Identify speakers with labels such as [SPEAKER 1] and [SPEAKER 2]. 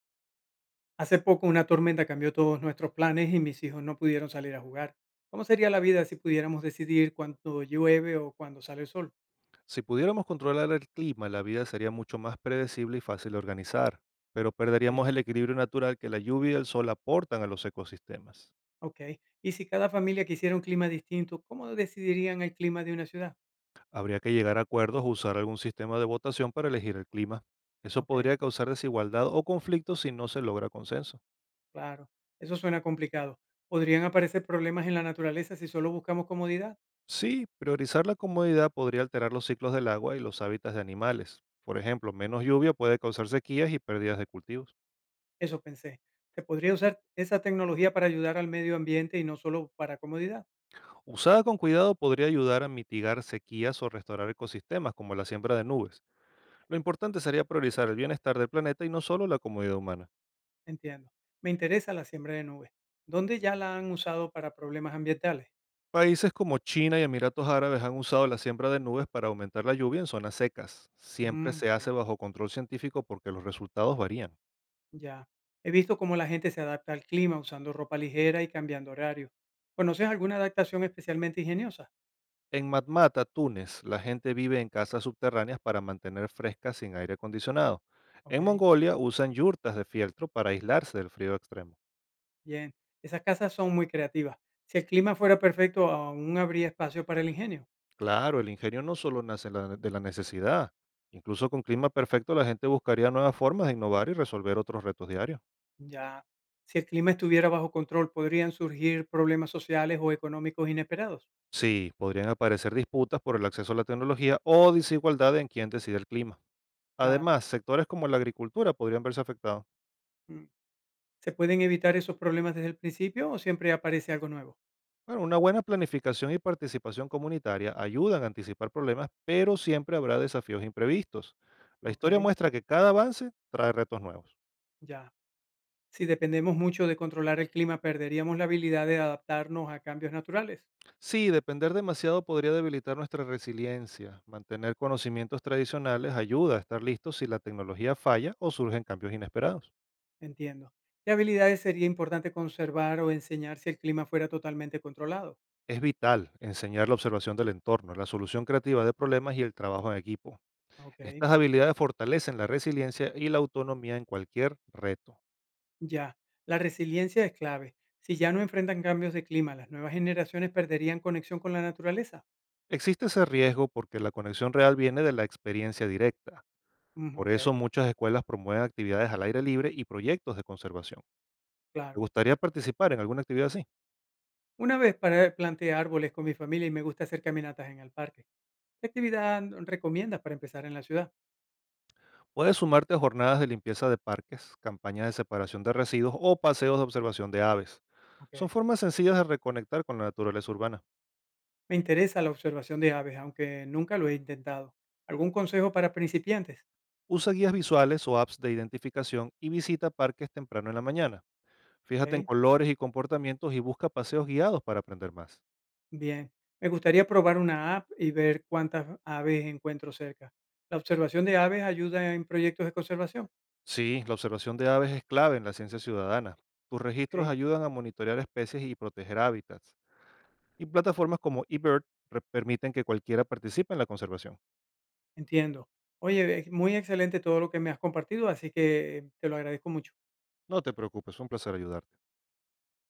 [SPEAKER 1] Hace poco una tormenta cambió todos nuestros planes y mis hijos no pudieron salir a jugar. ¿Cómo sería la vida si pudiéramos decidir cuándo llueve o cuándo sale el sol?
[SPEAKER 2] Si pudiéramos controlar el clima, la vida sería mucho más predecible y fácil de organizar, pero
[SPEAKER 1] Sí.
[SPEAKER 2] perderíamos el equilibrio natural que la lluvia y el sol aportan a los ecosistemas.
[SPEAKER 1] Ok. Y si cada familia quisiera un clima distinto, ¿cómo decidirían el clima de una ciudad?
[SPEAKER 2] Habría que llegar a acuerdos o usar algún sistema de votación para elegir el clima. Eso
[SPEAKER 1] Ok,
[SPEAKER 2] podría causar desigualdad o conflictos si no se logra consenso.
[SPEAKER 1] claro. Eso suena complicado. ¿Podrían aparecer problemas en la naturaleza si solo buscamos comodidad?
[SPEAKER 2] Sí, priorizar la comodidad podría alterar los ciclos del agua y los hábitats de animales. Por ejemplo, menos lluvia puede causar sequías y pérdidas de cultivos.
[SPEAKER 1] Eso pensé. ¿Se podría usar esa tecnología para ayudar al medio ambiente y no solo para comodidad?
[SPEAKER 2] Usada con cuidado podría ayudar a mitigar sequías o restaurar ecosistemas como la siembra de nubes. Lo importante sería priorizar el bienestar del planeta y no solo la comodidad humana.
[SPEAKER 1] Entiendo. Me interesa la siembra de nubes. ¿Dónde ya la han usado para problemas ambientales?
[SPEAKER 2] Países como China y Emiratos Árabes han usado la siembra de nubes para aumentar la lluvia en zonas secas. Siempre
[SPEAKER 1] Mm,
[SPEAKER 2] se
[SPEAKER 1] ok,
[SPEAKER 2] hace bajo control científico porque los resultados varían.
[SPEAKER 1] ya. He visto cómo la gente se adapta al clima usando ropa ligera y cambiando horario. ¿Conoces alguna adaptación especialmente ingeniosa?
[SPEAKER 2] En Matmata, Túnez, la gente vive en casas subterráneas para mantener frescas sin aire acondicionado.
[SPEAKER 1] Ok,
[SPEAKER 2] En Mongolia usan yurtas de fieltro para aislarse del frío extremo.
[SPEAKER 1] bien. Esas casas son muy creativas. Si el clima fuera perfecto, aún habría espacio para el ingenio.
[SPEAKER 2] Claro, el ingenio no solo nace la de la necesidad. Incluso con clima perfecto la gente buscaría nuevas formas de innovar y resolver otros retos diarios.
[SPEAKER 1] Ya. Si el clima estuviera bajo control, podrían surgir problemas sociales o económicos inesperados.
[SPEAKER 2] Sí, podrían aparecer disputas por el acceso a la tecnología o desigualdad en quién decide el clima.
[SPEAKER 1] Claro.
[SPEAKER 2] Además, sectores como la agricultura podrían verse afectados.
[SPEAKER 1] Mm. ¿Se pueden evitar esos problemas desde el principio o siempre aparece algo nuevo?
[SPEAKER 2] Bueno, una buena planificación y participación comunitaria ayudan a anticipar problemas, pero siempre habrá desafíos imprevistos. La historia
[SPEAKER 1] Ok,
[SPEAKER 2] muestra que cada avance trae retos nuevos.
[SPEAKER 1] ya. Si dependemos mucho de controlar el clima, perderíamos la habilidad de adaptarnos a cambios naturales.
[SPEAKER 2] Sí, depender demasiado podría debilitar nuestra resiliencia. Mantener conocimientos tradicionales ayuda a estar listos si la tecnología falla o surgen cambios inesperados.
[SPEAKER 1] Entiendo. ¿Qué habilidades sería importante conservar o enseñar si el clima fuera totalmente controlado?
[SPEAKER 2] Es vital enseñar la observación del entorno, la solución creativa de problemas y el trabajo en equipo.
[SPEAKER 1] Ok,
[SPEAKER 2] Estas habilidades fortalecen la resiliencia y la autonomía en cualquier reto.
[SPEAKER 1] ya. La resiliencia es clave. Si ya no enfrentan cambios de clima, las nuevas generaciones perderían conexión con la naturaleza.
[SPEAKER 2] Existe ese riesgo porque la conexión real viene de la experiencia directa.
[SPEAKER 1] Mm,
[SPEAKER 2] Por
[SPEAKER 1] ok,
[SPEAKER 2] eso muchas escuelas promueven actividades al aire libre y proyectos de conservación. ¿Te
[SPEAKER 1] claro.
[SPEAKER 2] gustaría participar en alguna actividad así?
[SPEAKER 1] Planté árboles con mi familia y me gusta hacer caminatas en el parque. ¿Qué actividad recomiendas para empezar en la ciudad?
[SPEAKER 2] Puedes sumarte a jornadas de limpieza de parques, campañas de separación de residuos o paseos de observación de aves. Son
[SPEAKER 1] Ok.
[SPEAKER 2] formas sencillas de reconectar con la naturaleza urbana.
[SPEAKER 1] Me interesa la observación de aves, aunque nunca lo he intentado. ¿Algún consejo para principiantes?
[SPEAKER 2] Usa guías visuales o apps de identificación y visita parques temprano en la mañana. Fíjate en
[SPEAKER 1] Ok,
[SPEAKER 2] colores y comportamientos y busca paseos guiados para aprender más.
[SPEAKER 1] bien. Me gustaría probar una app y ver cuántas aves encuentro cerca. La observación de aves ayuda en proyectos de conservación.
[SPEAKER 2] Sí, la observación de aves es clave en la ciencia ciudadana. Tus registros
[SPEAKER 1] Ok,
[SPEAKER 2] ayudan a monitorear especies y proteger hábitats. Y plataformas como eBird permiten que cualquiera participe en la conservación.
[SPEAKER 1] entiendo. Oye, es muy excelente todo lo que me has compartido, así que te lo agradezco mucho.
[SPEAKER 2] No te preocupes, fue un placer ayudarte.